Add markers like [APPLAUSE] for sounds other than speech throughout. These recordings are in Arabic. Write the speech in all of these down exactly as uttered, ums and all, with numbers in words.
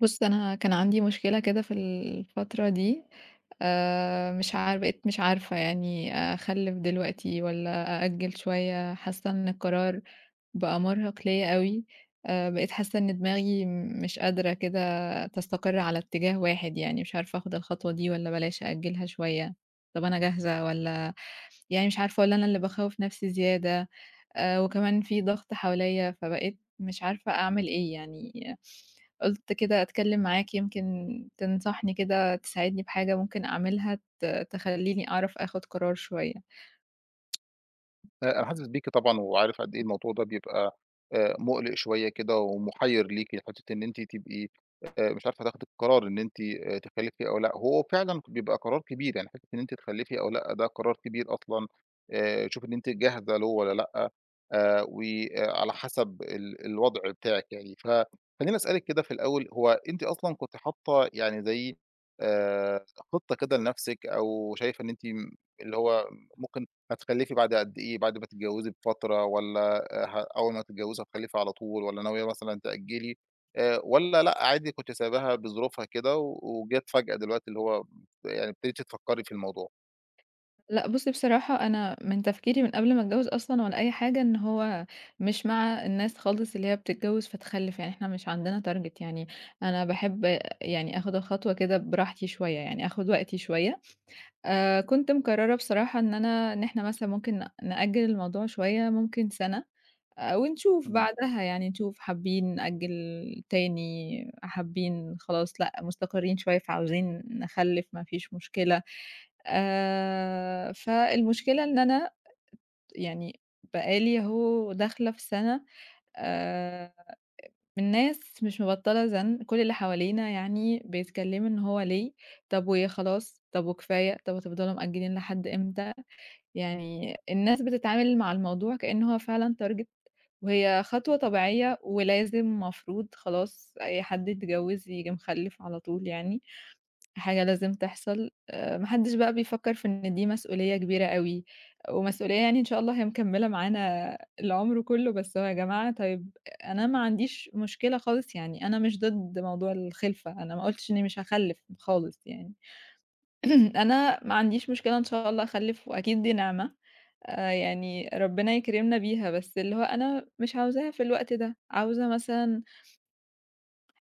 بُص، أنا كان عندي مشكلة كده في الفترة دي. آآ مش عار بقيت مش عارفة يعني أخلِّف دلوقتي والّا أأجِّل شوية، حاسة إن القرار بقى مرهق ليّا أوي. آآ بقيت حاسة إن دماغي م- مش قادرة كده تستقر على اتجاه واحد يعني، مش عارفة آخد الخطوة دي والّا بلاش أأجلها شوية. طب أنا جاهزة والّا يعني مش عارفة، والّا أنا اللي باخوّف نفسي زيادة. آآ وكمان في ضغط حواليّا، فبقيت مش عارفة أعمل إيه يعني. قُلت كده أتكلم معاك يمكن تنصحني كده، تساعدني بحاجة ممكن أعملها ت تخلّيني أعرف آخد قرار شوية. آآ أنا حاسس بيكِ طبعًا وعارف قد إيه الموضوع ده بيبقى آآ مُقلِق شوية كده ومُحيّر ليكِ، حتّة إن أنتِ تبقي آآ مش عارفة تاخدي القرار إن أنتِ آآ تخلّفي أو لأ، هو فعلًا بيبقى قرار كبير، يعني حتّة إن أنتِ تخلّفي أو لأ ده قرار كبير أصلًا، آآ شوفي إن أنتِ جاهزة له والّا لأ، آآ وعلى حسب ال الوضع بتاعِك يعني. فخلّيني أسألِك كده في الأول، هو أنتِ أصلًا كنتِ حاطّة يعني زي آآ خطة كده لنَفْسِك أو شايفة إن أنتِ م اللي هو ممكن هتخلّفي بعد قد إيه، بعد ما تتجوّزي بفترة والّا ه أول ما تتجوّزي هتخلّفي على طول والّا ناوية مثلًا تأجّلي آآ والّا لأ عادي كنتِ سايباها بظروفها كده و وجات فجأة دلوقتي اللي هو يعني ابتديتِ تفكّري في الموضوع؟ لأ بُصّي بصراحة أنا من تفكيري من قبل ما أتجوّز أصلًا ولا أي حاجة، إن هو مش مع الناس خالص اللي هي بتتجوّز فتخلّف، يعني إحنا مش عندنا target يعني. أنا باحب يعني آخُد الخطوة كده براحتي شوية، يعني آخُد وقتي شوية. آآ كنت مقرّرة بصراحة إن أنا إن إحنا مثلًا ممكن ن نأجّل الموضوع شوية، ممكن سَنة، آآ ونشوف إمم، بعدها يعني نشوف حابّين نأجّل تاني، حابّين خلاص لأ مستقرّين شوية فعاوزين نخلّف ما فيش مشكلة. آآ، فالمشكلة إن أنا يعني بقى لي أهو داخلة في سَنة، آآ، من ناس مش مبطّلة زَن، كل اللي حوالينا يعني بيتكلّموا إن هو ليه، طب وإيه خلاص، طب وكفاية، طب هتفضلوا مأجّلين لحد إمتى؟ يعني الناس بتتعامل مع الموضوع كإن هو فعلًا target، وهي خطوة طبيعية ولازم مفروض خلاص أي حد يتجوّز ييجي مخلّف على طول يعني. حاجة لازم تحصل، آآ ما حدش بقى بيفكّر في إن دي مسؤولية كبيرة أوي، ومسؤولية يعني إن شاء الله هي مكمّلة معانا العمر كلّه. بس هو يا جماعة طيب، أنا ما عنديش مشكلة خالص يعني، أنا مش ضد موضوع الخِلفة، أنا ما قُلتش إنّي مش هاخلّف خالص يعني. [CLEARS THROAT] أنا ما عنديش مشكلة إن شاء الله أخلّف وأكيد دي نعمة، آآ يعني ربنا يكرمنا بيها. بس اللي هو أنا مش عاوزاها في الوقت ده، عاوزة مثلًا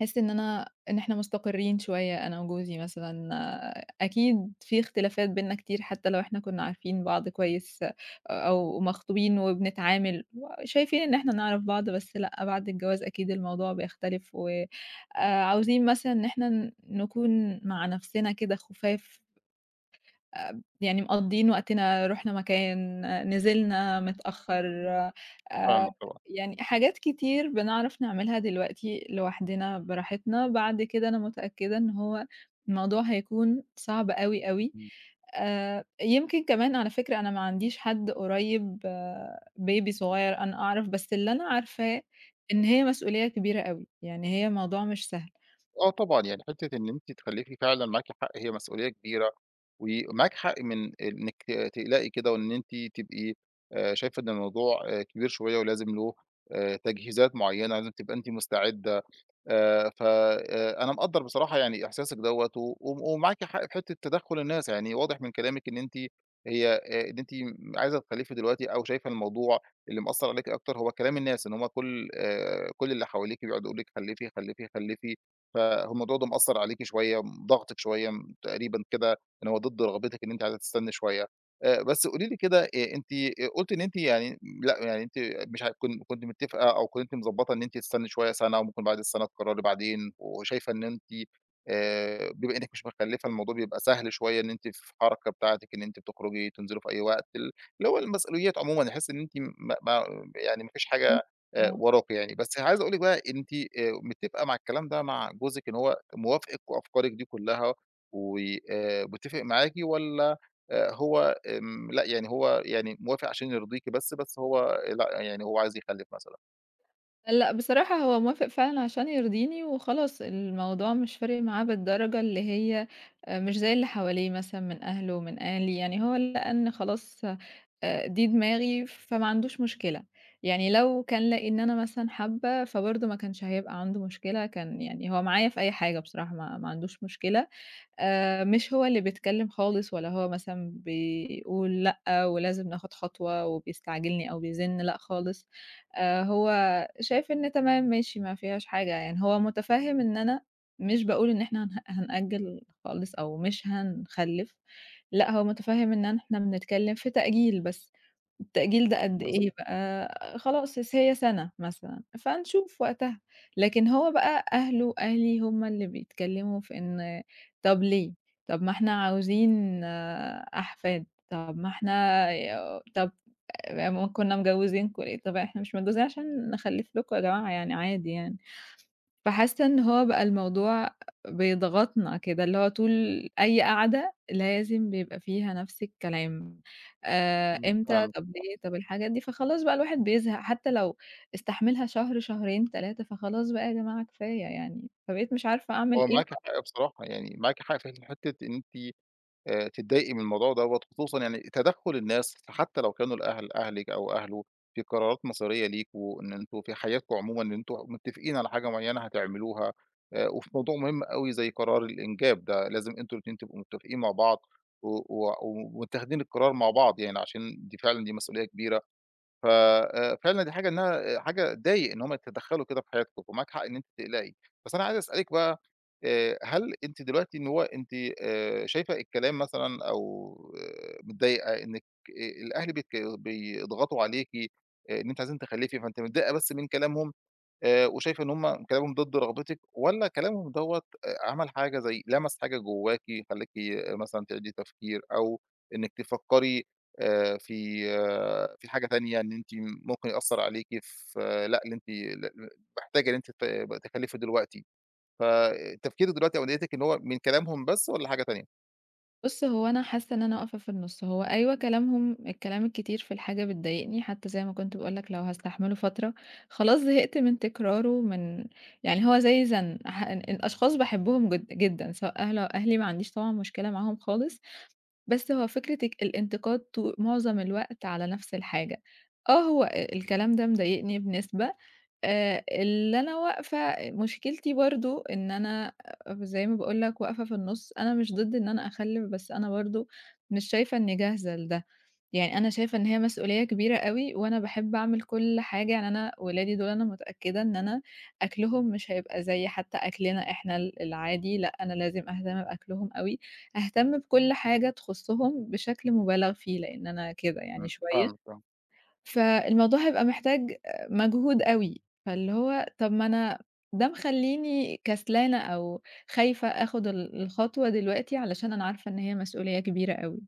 أحس إن أنا إن إحنا مستقرين شوية أنا وجوزي مثلًا. آه، أكيد في اختلافات بيننا كتير حتى لو إحنا كنا عارفين بعض كويس. آه، أو مخطوبين وبنتعامل شايفين إن إحنا نعرف بعض، بس لأ، بعد الجواز أكيد الموضوع بيختلف. و آآ، عاوزين مثلًا إن إحنا نكون مع نفسنا كده خُفاف. آآ يعني مقضّيين وقتنا، رُحنا مكان، آه، نزلنا متأخّر. فاهمِك آآ طبعًا، يعني حاجات كتير بنعرف نعملها دلوقتي لوحدنا براحتنا، بعد كده أنا متأكدة إن هو الموضوع هيكون صعب أوي، أوي. إمم. آآ يمكن كمان على فكرة أنا ما عنديش حد قريب. آه، baby صغير أنا أعرف، بس اللي أنا عارفاه إن هي مسؤولية كبيرة أوي، يعني هي موضوع مش سهل. آه طبعًا، يعني حتّة إن أنتِ تخلّفي فعلًا معاكِ حق هي مسؤولية كبيرة ومعاكِ حق من إنِّك ت تقلقي كده وإن أنتِ تبقي آآ شايفة إن الموضوع آه، كبير شوية ولازم له آآ تجهيزات معيّنة، لازم تبقى أنتِ مستعدة آآ ف آآ أنا مقدّر بصراحة يعني إحساسِك دوّة، و و ومعاكِ حق في حتّة تدخُّل الناس، يعني واضح من كلامِك إن أنتِ هي آآ إن أنتِ عايزة تخلّفي دلوقتي أو شايفة الموضوع اللي مأثّر عليكِ أكتر هو كلام الناس، إن هم كل آآ كل اللي حواليكِ بيقعدوا يقولوا لِك خلّفي، خلّفي، خلّفي، فالموضوع ده مأثّر عليكِ شوية، م ضاغطِك شوية م تقريبًا كده إن هو ضد رغبتِك إن أنتِ عايزة تستنّي شوية. آآ بس قولي لي كده آآ أنتِ آآ قُلتِ إن أنتِ يعني لأ، يعني أنتِ مش ه كن كنتِ متفقة أو كنتِ مضبطة إن أنتِ تستني شوية سنة وممكن بعد السنة تقرري بعدين، وشايفة إن أنتِ آآ، بما إنِّك مش مخلفة الموضوع بيبقى سهل شوية إن أنتِ في الحركة بتاعتِك إن أنتِ بتخرجي تنزلي في أي وقت، ال اللي هو المسؤوليات عمومًا تحسي إن أنتِ ما ما يعني ما فيش حاجة آآ، آه. وراكِ يعني، بس عايز أقول لِك بقى أنتِ آآ، متفقة مع الكلام ده مع جوزِك إن هو موافقِك وأفكارِك دي كلها و آآ، متفق معاكِ والّا آآ، هو آمم، لأ يعني هو يعني موافق عشان يرضيكِ بس، بس هو لأ، يعني هو عايز يخلّف مثلًا. لأ، بصراحة هو موافق فعلًا عشان يرضيني وخلاص، الموضوع مش فارق معاه بالدرجة اللي هي آآ مش زي اللي حواليه مثلًا من أهله ومن أهلي، يعني هو لقى إن خلاص آآ دي دماغي فما عندوش مشكلة. يعني لو كان لقي إن أنا مثلًا حابة فبرضه ما كانش هيبقى عنده مشكلة، كان يعني هو معايا في أي حاجة بصراحة ما ما عندوش مشكلة. آآ مش هو اللي بيتكلّم خالص ولا هو مثلًا بيقول لأ ولازم ناخُد خطوة وبيستعجلني أو بيزِن، لأ خالص. آآ هو شايف إن تمام ماشي ما فيهاش حاجة، يعني هو متفهِّم إن أنا مش باقول إن إحنا هنه هنأجّل خالص أو مش هنخلِّف. لأ، هو متفهِّم إن إحنا بنتكلّم في تأجيل بس، التأجيل ده قد بالضبط، إيه بقى، خلاص س هي سَنة مثلًا، فنشوف وقتها. لكن هو بقى أهله أهلي هم اللي بيتكلّموا في إن طَب ليه، طَب ما إحنا عاوزين أحفاد، طَب ما إحنا ي طَب ما كُنّا مجوّزينكم ليه، طَب إحنا مش متجوّزين عشان نخلّف لكم يا جماعة يعني عادي يعني. فحاسة إن هو بقى الموضوع بيضغطنا كده، اللي هو طول أي قعدة لازم بيبقى فيها نفس الكلام، آآ إمم، إمتى، فاهمِك. طب ليه، طب الحاجات دي، فخلاص بقى الواحد بيزهق حتى لو استحملها شهر، شهرين، ثلاثة، فخلاص بقى يا جماعة كفاية يعني، فبقيت مش عارفة أعمل هو إيه. معاكِ حق بصراحة، يعني معاكِ حق في حتّة إن أنتِ آآ تتضايقي من الموضوع دوّة، خصوصًا يعني تدخُّل الناس حتى لو كانوا الأهل أهلِك أو أهله في قرارات مصيرية ليكم، إن أنتم في حياتكم عمومًا إن أنتم متّفقين على حاجة معيّنة هتعملوها، آآ وفي موضوع مهم أوي زي قرار الإنجاب ده، لازم أنتم الاتنين تبقوا متّفقين مع بعض و و ومتاخدين القرار مع بعض يعني، عشان دي فعلًا دي مسؤولية كبيرة ف آآ فعلًا دي حاجة إنها حاجة تضايق إن هم يتدخّلوا كده في حياتكم، ومعاك حق إن أنتِ تقلقي. بس أنا عايز أسألِك بقى آآ هل أنتِ دلوقتي إن هو أنتِ آآ شايفة الكلام مثلًا أو آه، متضايقة إنِّك آآ الأهل بيتك بيضغطوا عليكِ، إن أنتِ عايزين تخلّفي، فأنتِ متضايقة بس من كلامهم؟ آآ وشايفة إن هم كلامهم ضد رغبتِك والّا كلامهم دوّة آآ عمل حاجة زي لمس حاجة جواكِ خلّاكِ مثلًا تعيدي تفكير أو إنِّك تفكّري آآ في آه، في حاجة تانية إن أنتِ ممكن يأثّر عليكِ في آه، لأ اللي أنتِ ل محتاجة إن أنتِ ت تخلّفي دلوقتي، فتفكيرِك دلوقتي أو نيّتِك إن هو من كلامهم بس والّا حاجة تانية؟ بُص، هو أنا حاسة إن أنا واقفة في النُص، هو أيوه كلامهم الكلام الكتير في الحاجة بتضايقني، حتى زي ما كنت باقول لك لو هاستحمله فترة، خلاص زهقت من تكراره من يعني، هو زي زَن، ح أشخاص باحبهم جد جدًا، سواء أهلي أو أهلي ما عنديش طبعًا مشكلة معاهم خالص، بس هو فكرة الك الانتقاد طو معظم الوقت على نفس الحاجة. آه، هو أ الكلام ده مضايقني بنسبة، آآ اللي أنا واقفة مشكلتي برضه إن أنا زي ما باقول لك واقفة في النُص، أنا مش ضد إن أنا أخلِّف، بس أنا برضه مش شايفة إني جاهزة لده. يعني أنا شايفة إن هي مسؤولية كبيرة أوي، وأنا باحب أعمل كل حاجة، يعني أنا ولادي دول أنا متأكدة إن أنا أكلهم مش هيبقى زي حتى أكلنا إحنا ال العادي، لأ أنا لازم أهتم بأكلهم أوي، أهتم بكل حاجة تخصهم بشكل مبالغ فيه، لإن أنا كده يعني إمم، شوية. فاهمِك آه. فالموضوع هيبقى محتاج مجهود أوي، فاللي هو طب ما أنا ده مخلّيني كسلانة أو خايفة آخد ال الخطوة دلوقتي علشان أنا عارفة إن هي مسؤولية كبيرة أوي.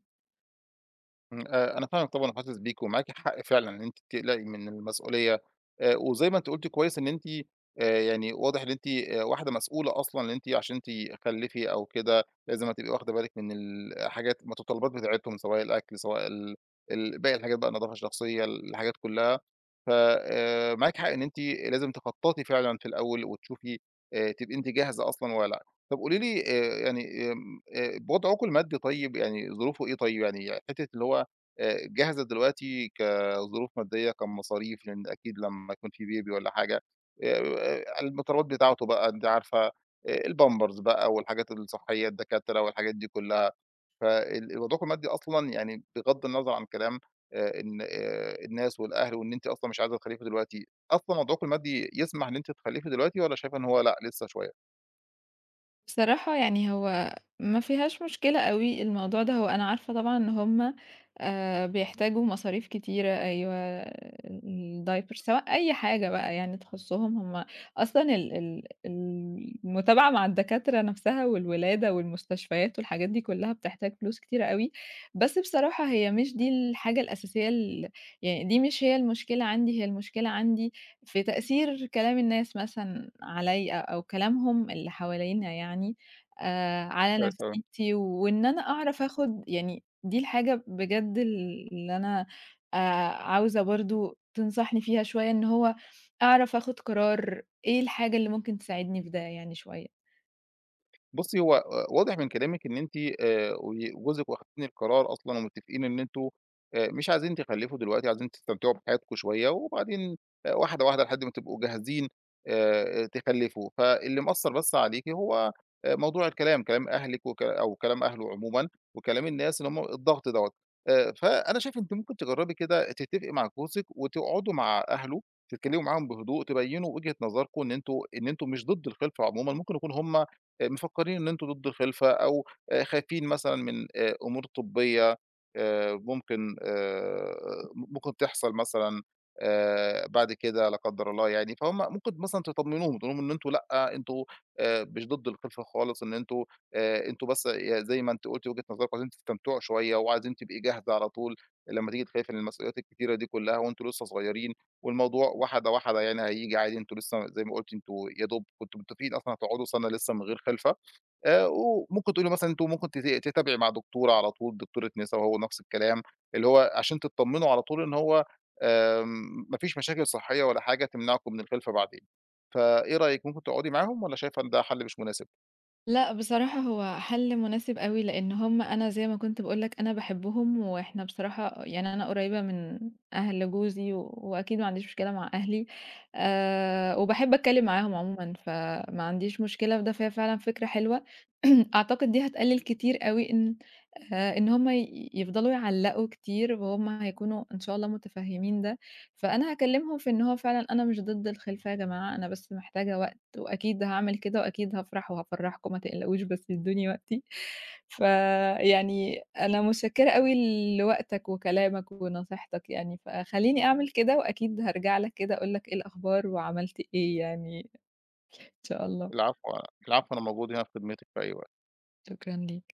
إمم، آآ، أنا فاهمِك طبعًا وحاسس بيكِ، ومعاكِ حق فعلًا إن أنتِ بتقلقي من المسؤولية، آآ، وزي ما أنتِ قلتِ كويس إن أنتِ آآ، يعني واضح إن أنتِ آآ، واحدة مسؤولة أصلًا، إن أنتِ عشان تخلّفي أو كده لازم هتبقي واخدة بالِك من الحاجات المتطلبات بتاعتهم، سواء الأكل، سواء ال ال باقي الحاجات بقى، النضافة الشخصية، الحاجات كلها. ف آآ، معاكِ حق إن أنتِ لازم تخططي فعلًا في الأول وتشوفي آآ، تبقي أنتِ جاهزة أصلًا والّا لأ. طب قولي لي آآ، يعني آمم، آآ، وضعكم المادي طيب، يعني ظروفه إيه طيب؟ يعني حتة اللي هو آآ جاهزة دلوقتي كظروف مادية، كمصاريف، لإن أكيد لمّا يكون في baby والّا حاجة آآ المطالبات بتاعته بقى أنتِ عارفة آآ الpampers بقى والحاجات الصحية، الدكاترة والحاجات دي كلّها، فال وضعكم المادي أصلًا يعني بغض النظر عن كلام آآ إن آآ الناس والأهل وإن أنتِ أصلًا مش عايزة تخلّفي دلوقتي، أصلًا وضعكم المادي يسمح إن أنتِ تخلّفي دلوقتي والّا شايفة إن هو لأ لسه شوية؟ بصراحة يعني هو ما فيهاش مشكلة أوي الموضوع ده، هو أنا عارفة طبعًا إن هُم آآ بيحتاجوا مصاريف كتيرة، أيوه الdiaper سواء أي حاجة بقى يعني تخصُّهم هُم، أصلًا ال ال المتابعة مع الدكاترة نَفْسها والولادة والمستشفيات والحاجات دي كُلّها بتحتاج فلوس كتيرة أوي. بس بصراحة هي مش دي الحاجة الأساسية ال، يعني دي مش هي المشكلة عندي، هي المشكلة عندي في تأثير كلام الناس مثلًا عليّا أو كلامهم اللي حوالينا يعني، آآ، على آه، نفسيتي، وإن أنا أعرف آخُد يعني دي الحاجة بجد اللي أنا آآ، عاوزة برضه تنصحني فيها شوية، إن هو أعرف آخُد قرار إيه الحاجة اللي ممكن تساعدني في ده يعني شوية. بُصّي، هو آآ واضح من كلامِك إن أنتِ آآ و وجوزِك واخدين القرار أصلًا ومتّفقين إن أنتم آآ مش عايزين تخلّفوا دلوقتي، عايزين تستمتعوا بحياتكم شوية وبعدين آآ واحدة، واحدة لحد ما تبقوا جاهزين آآ تخلّفوا، فاللي مأثّر بس عليكِ هو آآ موضوع الكلام، كلام أهلِك وك أو كلام أهله عمومًا وكلام الناس اللي هم الضغط دوّة. آآ فأنا شايف أنتِ ممكن تجرّبي كده تتفقي مع جوزِك وتقعدوا مع أهله، تتكلّموا معاهم بهدوء، تبيّنوا وجهة نظركم إن أنتم إن أنتم مش ضد الخِلفة عمومًا، ممكن يكون هم آآ مفكّرين إن أنتم ضد الخِلفة أو آآ خايفين مثلًا من آآ أمور طبّية آآ ممكن آآ ممكن تحصل مثلًا آآ بعد كده لا قدّر الله يعني، فهُم ممكن مثلًا تطمّنوهم، تقول لهم إن أنتم لأ، أنتم آآ مش ضد الخِلفة خالص، إن أنتم آآ أنتم بس ي زي ما أنتِ قُلتِ وجهة نظركم عايزين تستمتعوا شوية وعايزين تبقي جاهزة على طول لمّا تيجي تخافي من المسؤوليات الكتيرة دي كُلّها وأنتم لسه صغيرين. والموضوع واحدة، واحدة يعني هييجي عادي، أنتم لسه زي ما قُلتِ أنتم يا دوب كنتم متفقين أصلًا هتقعدوا سَنة لسه من غير خلفة، آآ وممكن تقولي مثلًا أنتم ممكن تت تتابعي مع دكتورة على طول، دكتورة نسا وهو نفس الكلام، اللي هو عشان تطمنوا على طول إن هو آمم ما فيش مشاكل صحية ولا حاجة تمنعكم من الخلفة بعدين. فإيه رأيِك ممكن تقعدي معاهم والّا شايفة إن ده حل مش مناسب؟ لأ، بصراحة هو حل مناسب أوي، لإن هُم أنا زي ما كنت باقول لك أنا باحبهم، وإحنا بصراحة يعني أنا قريبة من أهل جوزي، و... وأكيد ما عنديش مشكلة مع أهلي. آآ، وباحب أتكلم معاهم عمومًا، فما عنديش مشكلة في ده، فهي فعلًا فكرة حلوة. [CLEARS THROAT] أعتقد دي هتقلل كتير أوي إن آآ، إن هُم ي يفضلوا يعلقوا كتير، وهُم هيكونوا إن شاء الله متفهمين ده. فأنا هاكلمهم في إن هو فعلًا أنا مش ضد الخلفة يا جماعة، أنا بس محتاجة وقت. وأكيد هاعمل كده وأكيد هافرح وهافرّحكم، ما تقلقوش بس ادّوني وقتي. فيعني أنا متشكّرة أوي لوقتك وكلامك ونصيحتك يعني، فخلّيني أعمل كده وأكيد هارجع لك كده أقول لك إيه الأخبار وعملت إيه يعني إن شاء الله. العفو، العفو أنا موجود هنا في خدمتِك في أي وقت. شكرًا ليك.